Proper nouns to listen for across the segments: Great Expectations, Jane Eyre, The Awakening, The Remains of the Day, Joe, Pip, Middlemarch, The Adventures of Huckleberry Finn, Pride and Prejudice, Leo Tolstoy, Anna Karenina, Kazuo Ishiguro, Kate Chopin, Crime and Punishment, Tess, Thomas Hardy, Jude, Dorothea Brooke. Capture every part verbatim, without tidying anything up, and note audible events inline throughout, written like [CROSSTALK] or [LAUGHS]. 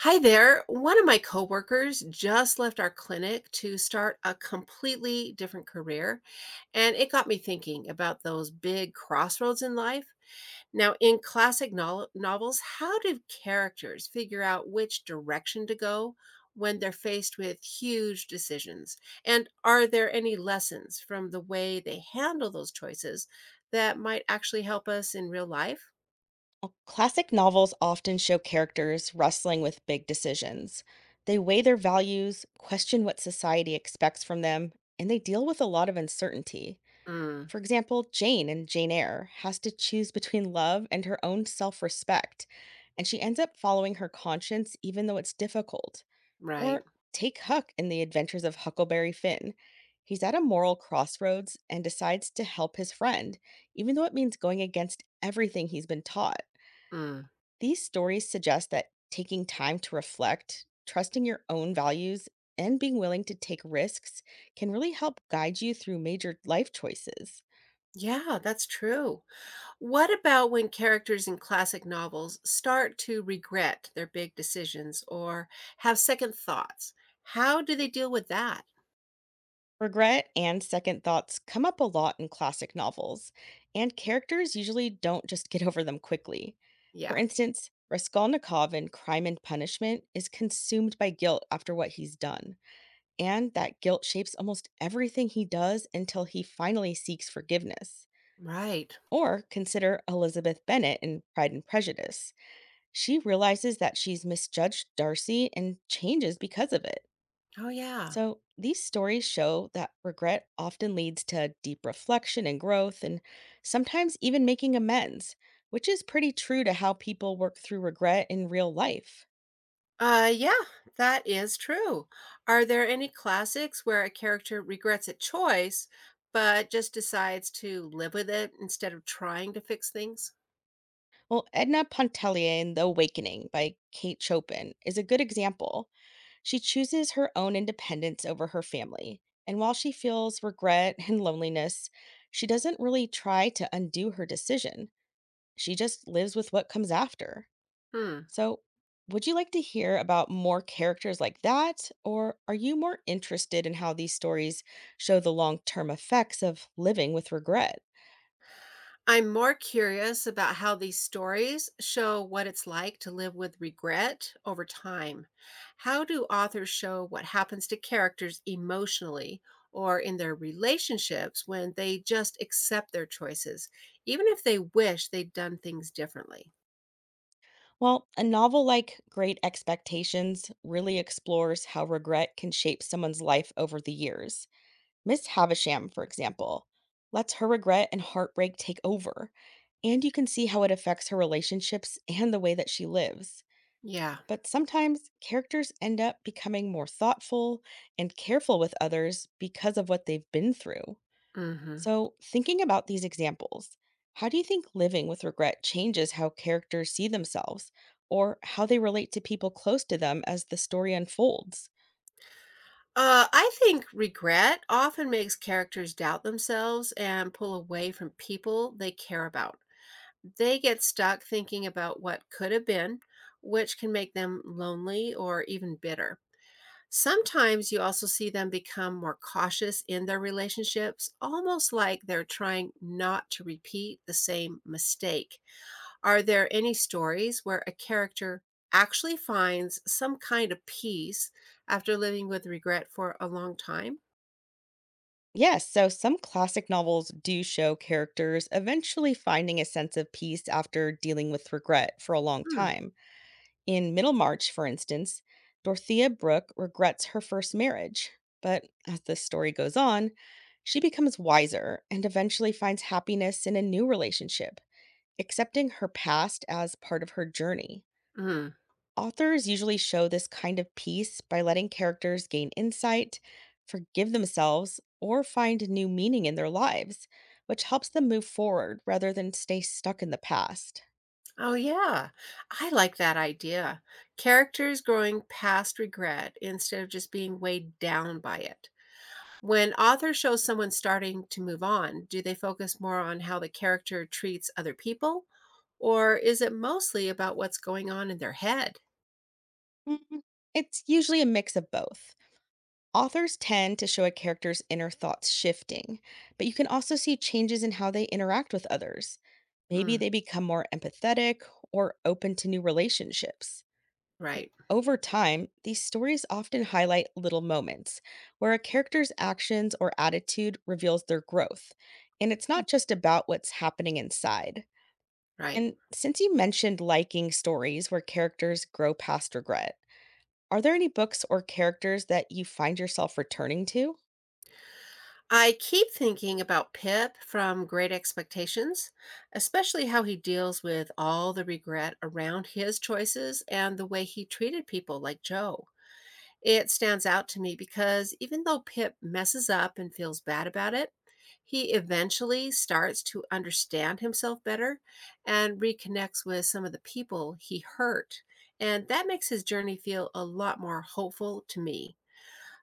Hi there. One of my coworkers just left our clinic to start a completely different career, and it got me thinking about those big crossroads in life. Now, in classic nol- novels, how do characters figure out which direction to go when they're faced with huge decisions? And are there any lessons from the way they handle those choices that might actually help us in real life? Well, classic novels often show characters wrestling with big decisions. They weigh their values, question what society expects from them, and they deal with a lot of uncertainty. Mm. For example, Jane in Jane Eyre has to choose between love and her own self respect, and she ends up following her conscience even though it's difficult. Right. Or take Huck in The Adventures of Huckleberry Finn. He's at a moral crossroads and decides to help his friend, even though it means going against everything he's been taught. Mm. These stories suggest that taking time to reflect, trusting your own values, and being willing to take risks can really help guide you through major life choices. Yeah, that's true. What about when characters in classic novels start to regret their big decisions or have second thoughts? How do they deal with that? Regret and second thoughts come up a lot in classic novels, and characters usually don't just get [LAUGHS] over them quickly. For Yeah. instance, Raskolnikov in Crime and Punishment is consumed by guilt after what he's done, and that guilt shapes almost everything he does until he finally seeks forgiveness. Right. Or consider Elizabeth Bennet in Pride and Prejudice. She realizes that she's misjudged Darcy and changes because of it. Oh, yeah. So, these stories show that regret often leads to deep reflection and growth, and sometimes even making amends, which is pretty true to how people work through regret in real life. Uh, yeah, that is true. Are there any classics where a character regrets a choice but just decides to live with it instead of trying to fix things? Well, Edna Pontellier in The Awakening by Kate Chopin is a good example. She chooses her own independence over her family. And while she feels regret [LAUGHS] and loneliness, she doesn't really try to undo her decision. She just lives with what comes after. Hmm. So, would you like to hear about more characters like that? Or are you more interested in how these stories show the long term effects of living with regret? I'm more curious about how these stories show what it's like to live with regret over time. How do authors show what happens to characters emotionally or in their relationships when they just accept their choices, even if they wish they'd done things differently? Well, a novel like Great Expectations really explores how regret can shape someone's life over the years. Miss Havisham, for example, lets her regret and heartbreak take over, and you can see how it affects her relationships and the way that she lives. Yeah. But sometimes characters end up becoming more thoughtful and careful with others because of what they've been through. Hmm. So, thinking about these examples, how do you think living with regret changes how characters see themselves or how they relate to people close to them as the story unfolds? Uh, I think regret often makes characters doubt themselves and pull away from people they care about. They get stuck thinking about what could have been, which can make them lonely or even bitter. Sometimes you also see them become more cautious in their relationships, almost like they're trying not to repeat the same mistake. Are there any stories where a character actually finds some kind of peace after living with regret for a long time? Yes, so some classic novels do show characters eventually finding a sense of peace after dealing with regret for a long Mm. time. In Middlemarch, for instance, Dorothea Brooke regrets her first marriage, but as the story goes on, she becomes wiser and eventually finds happiness in a new relationship, accepting her past as part of her journey. Mm. Authors usually show this kind of peace by letting characters gain insight, forgive themselves, or find new meaning in their lives, which helps them move forward rather than stay stuck in the past. Oh, yeah. I like that idea. Characters growing past regret instead of just being weighed down by it. When authors show someone starting to move on, do they focus more on how the character treats other people? Or is it mostly about what's going on in their head? Mm, it's usually a mix of both. Authors tend to show a character's inner thoughts shifting, but you can also see changes in how they interact with others. Maybe Mm. they become more empathetic or open to new relationships. Right, Over time, these stories often highlight little moments where a character's actions or attitude reveals their growth. And it's not just about what's happening inside. right. And since you mentioned liking stories where characters grow past regret, are there any books or characters that you find yourself returning to? I keep thinking about Pip from Great Expectations, especially how he deals with all the regret around his choices and the way he treated people like Joe. It stands out to me because even though Pip messes up and feels bad about it, he eventually starts to understand himself better and reconnects with some of the people he hurt. And that makes his journey feel a lot more hopeful to me.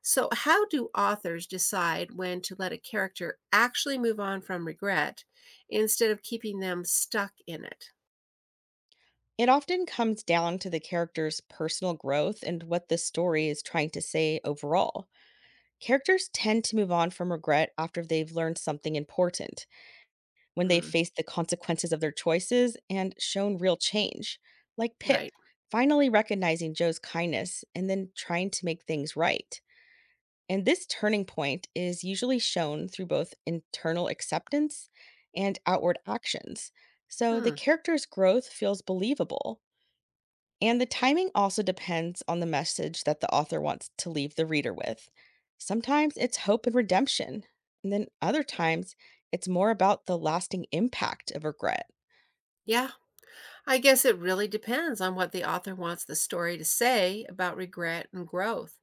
So, how do authors decide when to let a character actually move on from regret instead of keeping them stuck in it? It often comes down to the character's personal growth and what the story is trying to say overall. Characters tend to move on from regret after they've learned something important, when they've Mm. faced the consequences of their choices and shown real change, like Pip, Right. finally recognizing Joe's kindness and then trying to make things right. And this turning point is usually shown through both internal acceptance and outward actions, so the Hmm. character's growth feels believable, and the timing also depends on the message that the author wants to leave the reader with. Sometimes it's hope and redemption, and then other times it's more about the lasting impact of regret. Yeah, I guess it really depends on what the author wants the story to say about regret and growth.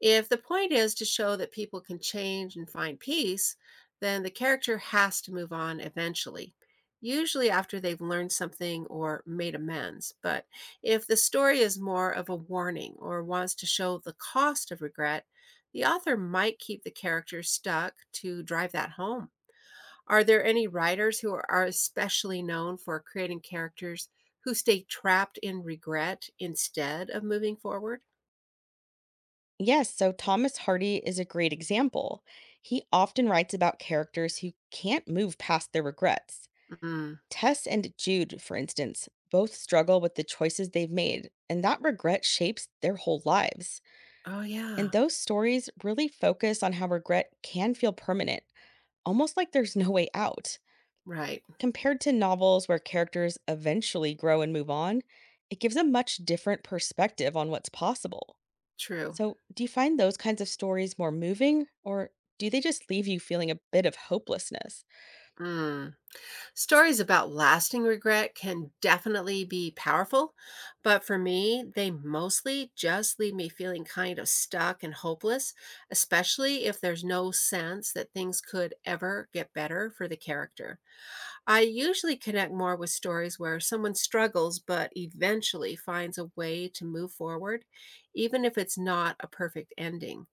If the point is to show that people can change and find peace, then the character has to move on eventually, usually after they've learned something or made amends. But if the story is more of a warning or wants to show the cost of regret, the author might keep the character stuck to drive that home. Are there any writers who are are especially known for creating characters who stay trapped in regret instead of moving forward? Yes, so Thomas Hardy is a great example. He often writes about characters who can't move past their regrets. Mm. Tess and Jude, for instance, both struggle with the choices they've made, and that regret shapes their whole lives. Oh, And yeah. those stories really focus on how regret can feel permanent, almost like there's [LAUGHS] no way out. Right. Compared to novels where characters eventually grow and move on, it gives a much different perspective on what's possible. True. So, do you find those kinds of stories more moving, or do they just leave you feeling a bit of hopelessness? Mm. Stories about lasting regret can definitely be powerful, but for me, they mostly just leave me feeling kind of stuck and hopeless, especially if there's no sense that things could ever get better for the character. I usually connect more with stories where someone struggles but eventually finds a way to move forward, even if it's not a perfect ending.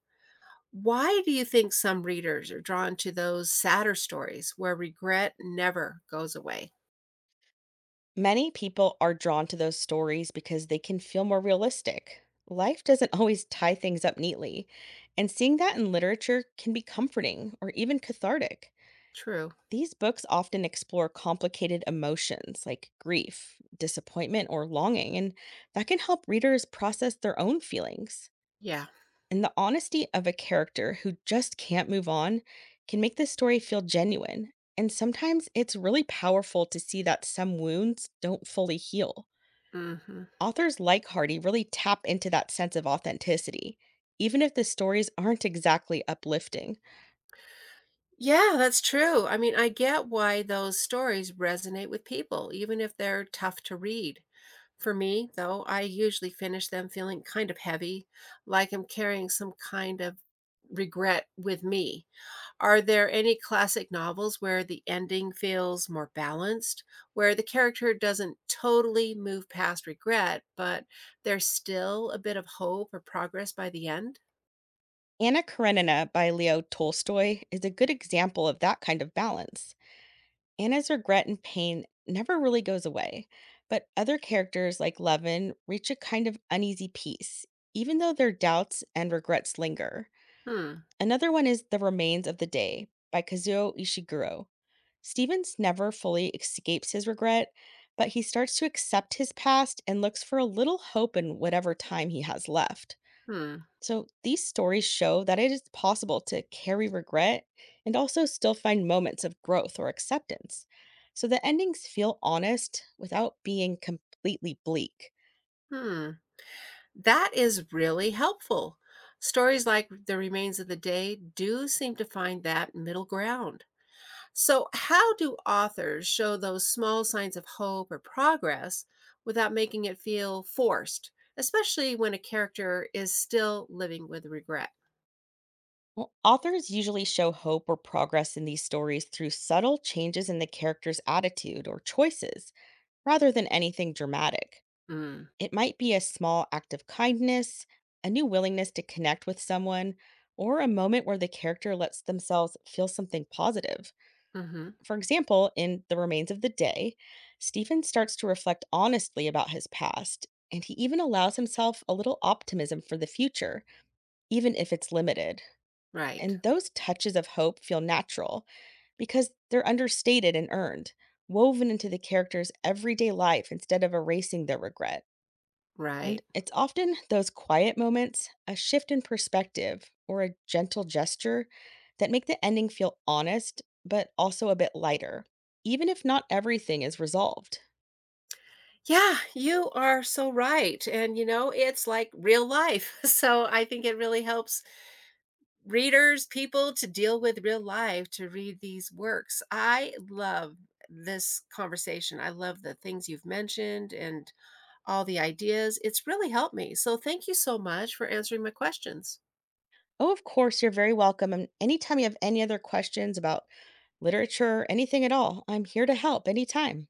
Why do you think some readers are drawn to those sadder stories where regret never goes away? Many people are drawn to those stories because they can feel more realistic. Life doesn't [LAUGHS] always tie things up neatly, and seeing that in literature can be comforting or even cathartic. True. These books often explore complicated emotions like grief, disappointment, or longing, and that can help readers process their own feelings. Yeah. And the honesty of a character who just can't move on can make this story feel genuine. And sometimes it's really powerful to see that some wounds don't fully heal. Hmm. Authors like Hardy really tap into that sense of authenticity, even if the stories aren't exactly uplifting. Yeah, that's true. I mean, I get why those stories resonate with people, even if they're tough to read. For me, though, I usually finish them feeling kind of heavy, like I'm carrying some kind of regret with me. Are there any classic novels where the ending feels more balanced, where the character doesn't totally move past regret, but there's still a bit of hope or progress by the end? Anna Karenina by Leo Tolstoy is a good example of that kind of balance. Anna's regret and pain never really goes away, but other characters like Levin reach a kind of uneasy peace, even though their doubts and regrets linger. Hmm, Another one is The Remains of the Day by Kazuo Ishiguro. Stevens never fully escapes his regret, but he starts to accept his past and looks for a little hope in whatever time he has left. hmm, So these stories show that it is possible to carry regret and also still find moments of growth or acceptance, so the endings feel honest without being completely bleak. hmm. That is really helpful. Stories like The Remains of the Day do seem to find that middle ground. So, how do authors show those small signs of hope or progress without making it feel forced, especially when a character is still living with regret? Well, authors usually show hope or progress in these stories through subtle changes in the character's attitude or choices rather than anything dramatic. Mm. It might be a small act of kindness, a new willingness to connect with someone, or a moment where the character lets themselves feel something positive. Hmm. For example, in The Remains of the Day, Stephen starts to reflect honestly about his past, and he even allows himself a little optimism for the future, even if it's limited. Right, And those touches of hope feel natural because they're understated and earned, woven into the character's everyday life instead of erasing their regret. And right. it's often those quiet moments, a shift in perspective, or a gentle gesture, that make the ending feel honest, but also a bit lighter, even if not everything is resolved. Yeah, you are so right. And, you know, it's like real life. [LAUGHS] So, I think it really helps readers, people to deal with real life to read these works. I love this conversation. I love the things you've mentioned and all the ideas. It's really helped me. So thank you so much for answering my questions. Oh, of course, you're very welcome. And anytime you have any other questions about literature or anything at all, I'm here to help anytime.